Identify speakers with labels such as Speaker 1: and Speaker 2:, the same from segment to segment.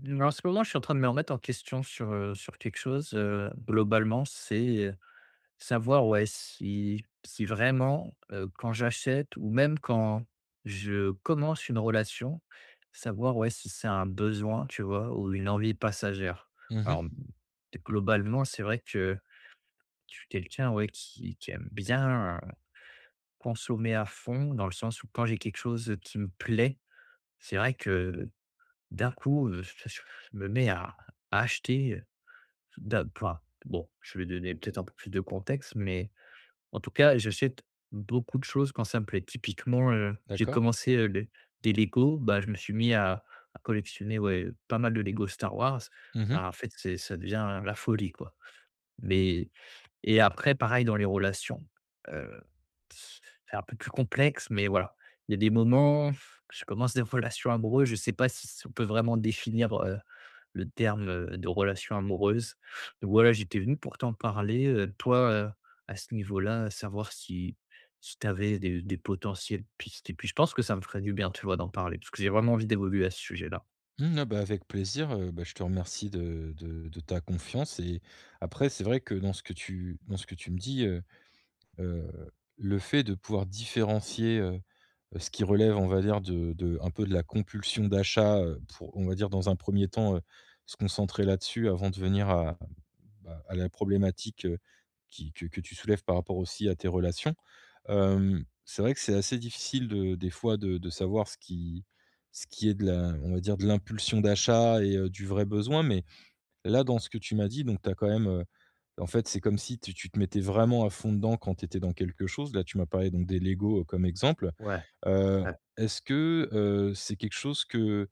Speaker 1: Mmh, En ce moment, je suis en train de me remettre en question sur quelque chose, globalement, savoir, ouais, si vraiment, quand j'achète ou même quand je commence une relation, savoir, ouais, si c'est un besoin, tu vois? Ou une envie passagère.
Speaker 2: Mmh mh.
Speaker 1: Alors, globalement, c'est vrai que je suis quelqu'un, ouais, qui aime bien, consommer à fond, dans le sens où quand j'ai quelque chose, qui me plaît, c'est vrai que d'un coup, je me mets à acheter. D'a Enfin, bon, je vais donner peut-être un peu plus de contexte, mais en tout cas, j'achète beaucoup de choses quand ça me plaît. Typiquement, j'ai
Speaker 2: D'accord.
Speaker 1: commencé, les des Lego. Bah, je me suis mis à collectionner, ouais, pas mal de Lego Star Wars.
Speaker 2: Mmh mh.
Speaker 1: Bah, en fait, c'est ça devient la folie, quoi. Mais et après, pareil dans les relations, heu, c'est un peu plus complexe, mais voilà. Il y a des moments, je commence des relations amoureuses, je sais pas si on peut vraiment définir, le terme, de relation amoureuse. Donc voilà, j'étais venu pour t'en parler, toi, à ce niveau-là, savoir si tu avais des potentielles pistes et puis je pense que ça me ferait du bien, tu vois, d'en parler parce que j'ai vraiment envie d'évoluer à ce sujet-là.
Speaker 2: Mmh, ah bah, avec plaisir, bah, je te remercie de ta confiance et après c'est vrai que dans ce que tu me dis, heu, le fait de pouvoir différencier, ce qui relève, on va dire, de un peu de la compulsion d'achat, pour on va dire dans un premier temps, se concentrer là-dessus avant de venir à bah, à la problématique, qui que tu soulèves par rapport aussi à tes relations. Hem, c'est vrai que c'est assez difficile de des fois de savoir ce qui est de la on va dire de l'impulsion d'achat et du vrai besoin, mais là, dans ce que tu m'as dit, donc tu as quand même, en fait, c'est comme si tu te mettais vraiment à fond dedans quand tu étais dans quelque chose. Là, tu m'as parlé donc des Lego, comme exemple.
Speaker 1: Ouais,
Speaker 2: Heu,
Speaker 1: ouais.
Speaker 2: est-ce que, c'est quelque chose que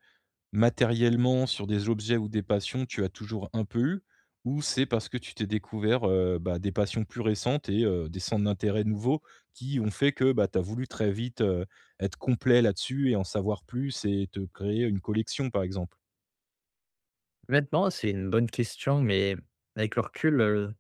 Speaker 2: matériellement, sur des objets ou des passions, tu as toujours un peu eu? Ou c'est parce que tu t'es découvert, bah, des passions plus récentes et des centres d'intérêt nouveaux qui ont fait que, bah, tu as voulu très vite, être complet là-dessus et en savoir plus et te créer une collection, par exemple?
Speaker 1: Maintenant, c'est une bonne question, mais avec le recul,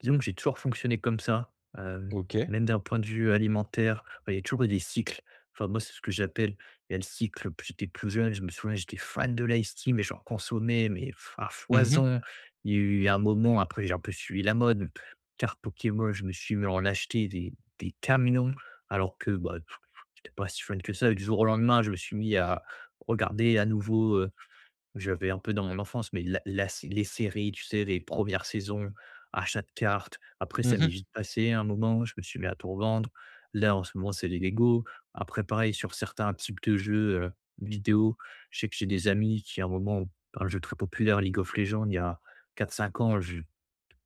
Speaker 1: disons que j'ai toujours fonctionné comme ça, heu,
Speaker 2: OK.
Speaker 1: même d'un point de vue alimentaire. Enfin, il y a toujours eu des cycles. Enfin, moi, c'est ce que j'appelle, il y a le cycle, p j'étais plus jeune, je me souviens, j'étais fan de l'Ice Tea, mais j'en consommais, mais pff, à
Speaker 2: Mhm.
Speaker 1: foison. Il y a eu un moment, après, j'ai un peu suivi la mode. Cartes Pokémon, je me suis mis à en acheter des camions, alors que, bah, j'étais pas si fan que ça et du jour au lendemain, je me suis mis à regarder à nouveau, j'avais un peu dans mon enfance, mais la la les séries, tu sais, les premières saisons, achat de cartes. Après, ça m'est
Speaker 2: Mhm.
Speaker 1: vite passé un moment, je me suis mis à tout revendre. Là, en ce moment, c'est les Lego. Après, pareil, sur certains types de jeux, vidéo, je sais que j'ai des amis qui, à un moment, un jeu très populaire, League of Legends, il y a 4 5 ans, je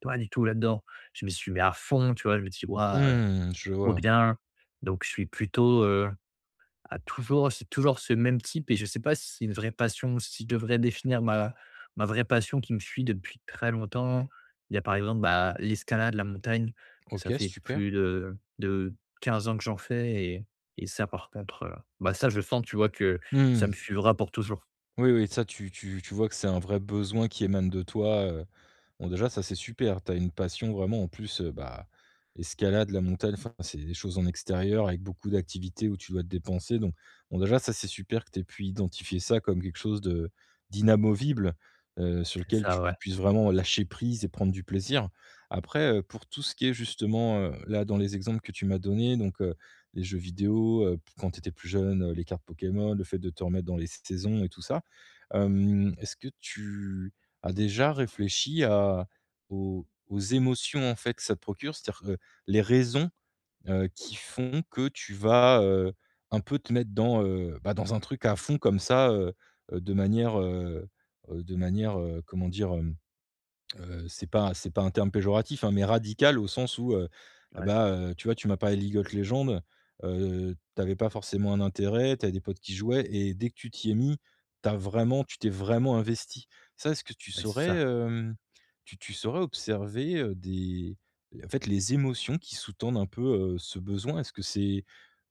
Speaker 1: pas du tout là-dedans. Je me suis mis à fond, tu vois? Je me dis: «Waouh,
Speaker 2: Mmh. Mmh, je
Speaker 1: trop
Speaker 2: vois.
Speaker 1: bien!» Donc je suis plutôt, à toujours c'est toujours ce même type et je sais pas si c'est une vraie passion ou si je devrais définir ma vraie passion qui me suit depuis très longtemps. Il y a par exemple, bah, l'escalade, la montagne, ça
Speaker 2: OK,
Speaker 1: fait
Speaker 2: super.
Speaker 1: plus de 15 ans que j'en fais et ça par contre, bah, ça je sens, tu vois, que ça
Speaker 2: Mmh.
Speaker 1: me suivra pour toujours.
Speaker 2: Oui, oui, ça, tu vois que c'est un vrai besoin qui émane de toi, bon, déjà, ça, c'est super. Tu as une passion vraiment en plus, bah, escalade, la montagne, enfin, c'est des choses en extérieur avec beaucoup d'activités où tu dois te dépenser donc bon, déjà, ça, c'est super que tu aies pu identifier ça comme quelque chose de d'inamovible, sur
Speaker 1: C'est
Speaker 2: lequel
Speaker 1: ça,
Speaker 2: tu
Speaker 1: ouais.
Speaker 2: puisses vraiment lâcher prise et prendre du plaisir. Après, pour tout ce qui est justement, là, dans les exemples que tu m'as donnés donc les jeux vidéo, quand tu étais plus jeune, les cartes Pokémon, le fait de te remettre dans les saisons et tout ça, hem, est-ce que tu as déjà réfléchi à aux émotions, en fait, que ça te procure? C'est-à-dire, les raisons, qui font que tu vas, un peu te mettre dans, bah, dans un truc à fond comme ça, heu, de manière, heu de manière, comment dire? C'est pas un terme péjoratif, hein, mais radical au sens où,
Speaker 1: Ouais,
Speaker 2: bah, tu vois, tu m'as parlé de League of Legends, tu pas forcément un intérêt, tu des potes qui jouaient et dès que tu t'y es mis, t'as vraiment tu t'es vraiment investi. Ça, est-ce que tu
Speaker 1: ouais, c'est
Speaker 2: saurais,
Speaker 1: ça.
Speaker 2: tu saurais observer, des en fait, les émotions qui sous-tendent un peu, ce besoin? Est-ce que c'est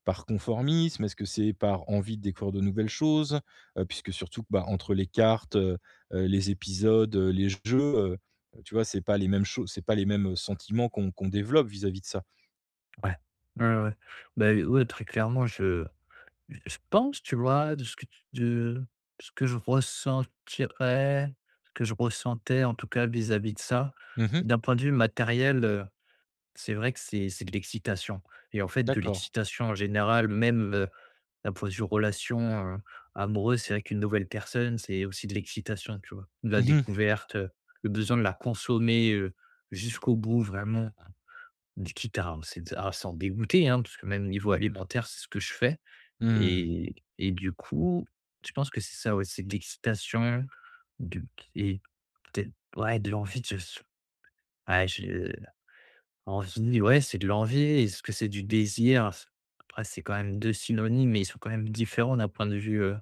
Speaker 2: par conformisme? Est-ce que c'est par envie de découvrir de nouvelles choses? Puisque surtout que, bah, entre les cartes, les épisodes, les jeux, tu vois, c'est pas les mêmes, sentiments qu'on développe vis-à-vis de ça.
Speaker 1: Ouais. Ouais, ouais. Beh, ouais, très clairement, je pense, tu vois, de ce que je ressentirais, ce que je ressentais en tout cas vis-à-vis de ça.
Speaker 2: Mmh.
Speaker 1: D'un point de vue matériel, c'est vrai que c'est de l'excitation et en fait de
Speaker 2: D'accord.
Speaker 1: l'excitation en général, même, d'un point de vue relation, heu, amoureuse, c'est vrai qu'une nouvelle personne, c'est aussi de l'excitation, tu vois? De la
Speaker 2: Mmh mh.
Speaker 1: découverte, le besoin de la consommer, jusqu'au bout vraiment. Du Quitte à c'est à s'en dégoûter, hein, parce que même au niveau alimentaire, c'est ce que je fais
Speaker 2: Mmh.
Speaker 1: et, du coup, je pense que c'est ça, ouais, c'est de l'excitation, du et peut-être, ouais, de l'envie de se ouais, je envie, ouais, c'est de l'envie. Est-ce que c'est du désir? Après, c'est quand même 2 synonymes, mais ils sont quand même différents d'un point de vue,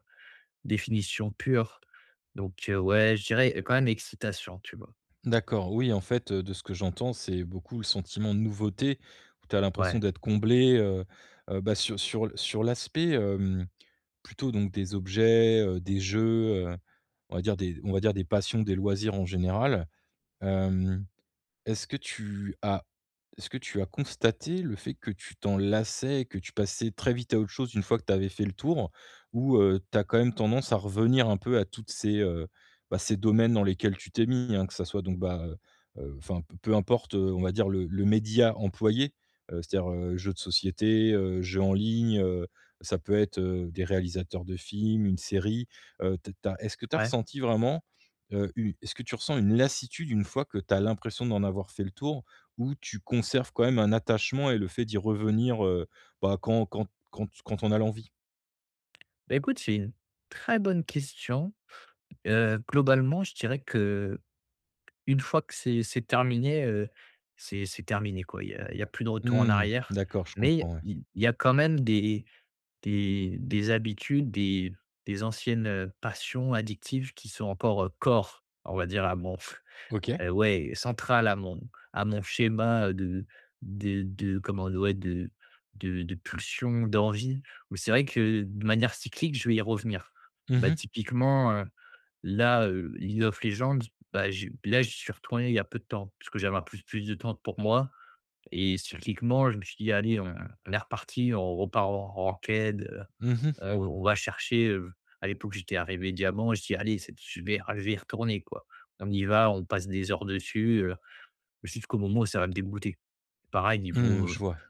Speaker 1: définition pure. Donc, ouais, je dirais quand même excitation, tu vois?
Speaker 2: D'accord, oui, en fait, de ce que j'entends, c'est beaucoup le sentiment de nouveauté où tu as l'impression
Speaker 1: Ouais,
Speaker 2: d'être comblé, bah, sur sur l'aspect, plutôt donc des objets, des jeux, on va dire des passions, des loisirs en général. Hem, est-ce que tu as est-ce que tu as constaté le fait que tu t'en lassais que tu passais très vite à autre chose une fois que tu avais fait le tour? Ou, tu as quand même tendance à revenir un peu à toutes ces, bah, ces domaines dans lesquels tu t'es mis, hein? Que ça soit donc, bah, enfin, peu importe, on va dire le média employé, c'est-à-dire, jeux de société, jeux en ligne, ça peut être, des réalisateurs de films, une série, tu as est-ce que tu as
Speaker 1: ouais.
Speaker 2: ressenti vraiment, est-ce que tu ressens une lassitude une fois que tu as l'impression d'en avoir fait le tour? Où tu conserves quand même un attachement et le fait d'y revenir, bah, quand on a l'envie?
Speaker 1: Bah, écoute, c'est une très bonne question. Globalement, je dirais que une fois que c'est terminé, c'est terminé, quoi. Il y a plus de retour en
Speaker 2: Mmh,
Speaker 1: arrière,
Speaker 2: d'accord, je
Speaker 1: mais
Speaker 2: comprends, ouais.
Speaker 1: il y a quand même des habitudes, des anciennes, passions addictives qui sont encore, on va dire à mon
Speaker 2: OK.
Speaker 1: ouais, centrales à mon schéma, de comment, ouais, de pulsion, d'envie, où c'est vrai que de manière cyclique, je vais y revenir.
Speaker 2: Mmh
Speaker 1: Bah,
Speaker 2: mh.
Speaker 1: typiquement, là, League of Legends, bah, j'ai là, j'y suis retourné il y a peu de temps, parce que j'avais un plus plus de temps pour moi et cycliquement, je me suis dit: «Allez, on est reparti, on repart en ranked,
Speaker 2: Mmh.
Speaker 1: on va chercher», à l'époque, j'étais arrivé diamant, je dis: «Allez, c'est je vais ah, je vais y retourner, quoi. On y va, on passe des heures dessus, jusqu'au moment où ça va me dégoûter». Pareil
Speaker 2: Mmh,
Speaker 1: niveau, heu,
Speaker 2: je vois.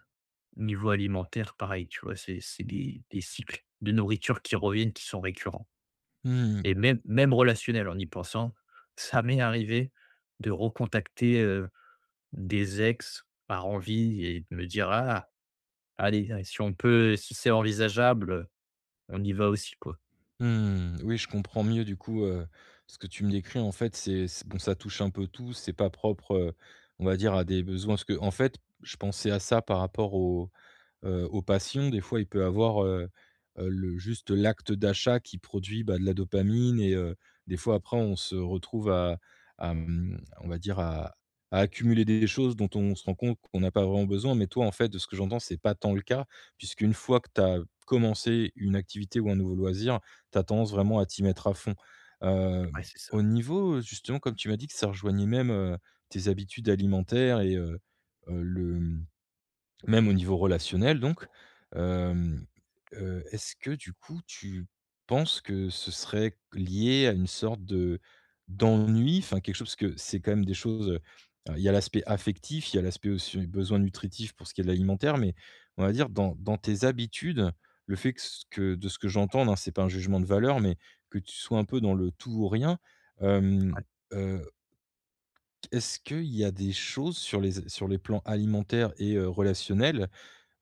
Speaker 1: niveau alimentaire, pareil, tu vois? C'est des cycles de nourriture qui reviennent, qui sont récurrents.
Speaker 2: Mmh,
Speaker 1: Et même relationnel, en y pensant, ça m'est arrivé de recontacter, des ex par envie et de me dire: «Ah, allez, si on peut, si c'est envisageable, on y va aussi, quoi».
Speaker 2: mmh. Oui, je comprends mieux du coup, ce que tu me décris en fait, c'est bon, ça touche un peu tout, c'est pas propre, on va dire à des besoins parce que en fait, je pensais à ça par rapport au aux passions. Des fois, il peut avoir, le juste l'acte d'achat qui produit, bah, de la dopamine et des fois, après, on se retrouve à, on va dire, à accumuler des choses dont on se rend compte qu'on n'a pas vraiment besoin. Mais toi, en fait, de ce que j'entends, c'est pas tant le cas, puisqu'une fois que tu as commencé une activité ou un nouveau loisir, tu as tendance vraiment à t'y mettre à fond. Hem,
Speaker 1: Ouais, c'est
Speaker 2: au
Speaker 1: ça.
Speaker 2: niveau, justement, comme tu m'as dit que ça rejoignait même, tes habitudes alimentaires et le même au niveau relationnel donc, hem, est-ce que du coup tu penses que ce serait lié à une sorte de d'ennui? Enfin quelque chose parce que c'est quand même des choses, alors il y a l'aspect affectif, il y a l'aspect aussi besoin nutritif pour ce qui est de l'alimentaire, mais on va dire dans tes habitudes, le fait que ce que de ce que j'entends, hein, c'est pas un jugement de valeur, mais que tu sois un peu dans le tout ou rien, hem,
Speaker 1: Ouais.
Speaker 2: heu, est-ce qu'il y a des choses sur les plans alimentaires et relationnels.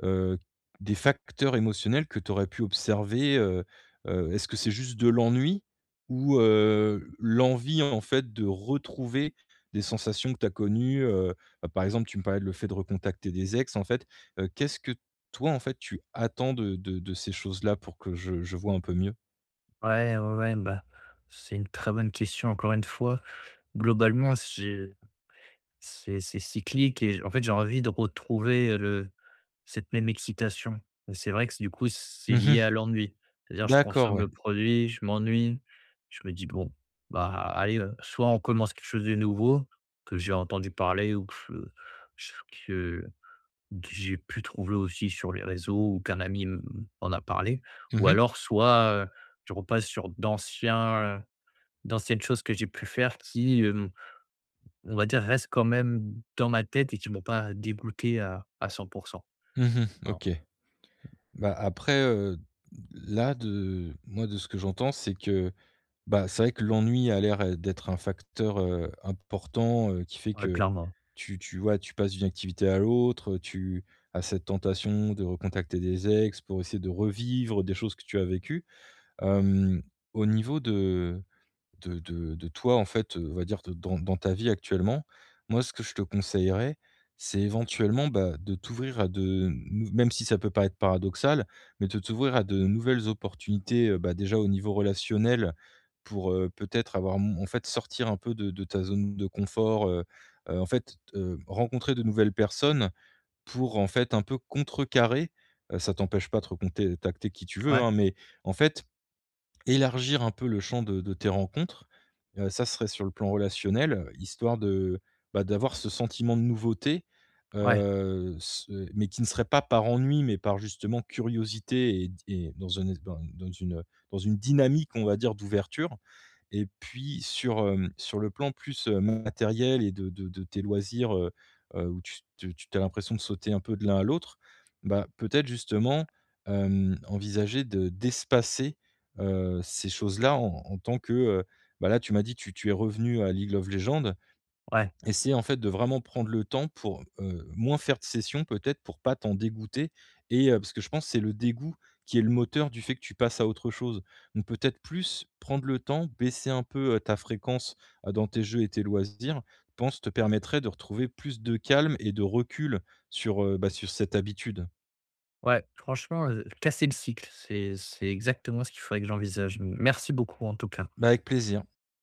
Speaker 2: Heu, des facteurs émotionnels que tu aurais pu observer, est-ce que c'est juste de l'ennui ou, l'envie en fait de retrouver des sensations que tu as connues, bah, par exemple, tu me parlais de le fait de recontacter des ex en fait, qu'est-ce que toi, en fait, tu attends de ces choses-là pour que je vois un peu mieux?
Speaker 1: Ouais, ouais, ouais, bah, c'est une très bonne question encore une fois. Globalement, j'ai c'est cyclique et en fait, j'ai envie de retrouver, le cette même excitation. Et c'est vrai que du coup, c'est lié
Speaker 2: Mmh.
Speaker 1: à l'ennui. C'est-à-dire, je
Speaker 2: D'accord,
Speaker 1: consomme
Speaker 2: ouais.
Speaker 1: le produit, je m'ennuie, je me dis: «Bon, bah, allez, soit on commence quelque chose de nouveau que j'ai entendu parler ou que j'ai pu trouver aussi sur les réseaux ou qu'un ami m'en a parlé
Speaker 2: Mmh
Speaker 1: ou
Speaker 2: mh.
Speaker 1: alors soit, je repasse sur d'anciennes choses que j'ai pu faire qui, on va dire, restent quand même dans ma tête et qui m'ont pas débloqué à 100.
Speaker 2: Mmh.
Speaker 1: Voilà.
Speaker 2: OK. Bah, après, là de ce que j'entends, c'est que bah, c'est vrai que l'ennui a l'air, d'être un facteur, important, qui fait
Speaker 1: Ouais,
Speaker 2: que
Speaker 1: clairement.
Speaker 2: tu vois, tu passes d'une activité à l'autre, tu as cette tentation de recontacter des ex pour essayer de revivre des choses que tu as vécues. Hem, au niveau de de toi, en fait, on va dire de dans ta vie actuellement. Moi, ce que je te conseillerais, c'est éventuellement, bah, de t'ouvrir à de nou même si ça peut paraître paradoxal, mais de t'ouvrir à de nouvelles opportunités, bah, déjà au niveau relationnel pour, peut-être avoir m en fait, sortir un peu de ta zone de confort, en fait, rencontrer de nouvelles personnes pour, en fait, un peu contrecarrer, ça t'empêche pas de recontacter qui tu veux,
Speaker 1: Ouais,
Speaker 2: hein, mais en fait, élargir un peu le champ de tes rencontres, ça serait sur le plan relationnel, histoire de, bah, d'avoir ce sentiment de nouveauté,
Speaker 1: ouais,
Speaker 2: ce mais qui ne serait pas par ennui, mais par justement curiosité et dans une dynamique, on va dire, d'ouverture. Et puis sur, sur le plan plus, matériel et de tes loisirs, où tu as l'impression de sauter un peu de l'un à l'autre, bah, peut-être justement, envisager de d'espacer, ces choses-là en en tant que, bah, là tu m'as dit tu es revenu à League of Legends,
Speaker 1: ouais,
Speaker 2: essayer en fait de vraiment prendre le temps pour, moins faire de sessions peut-être pour pas t'en dégoûter et parce que je pense que c'est le dégoût qui est le moteur du fait que tu passes à autre chose. Donc peut-être plus prendre le temps, baisser un peu, ta fréquence, dans tes jeux et tes loisirs, je pense te permettrait de retrouver plus de calme et de recul sur, bah, sur cette habitude.
Speaker 1: ouais. Franchement, casser le cycle, c'est exactement ce qu'il faudrait que j'envisage. Merci beaucoup en tout cas.
Speaker 2: Bah, avec plaisir.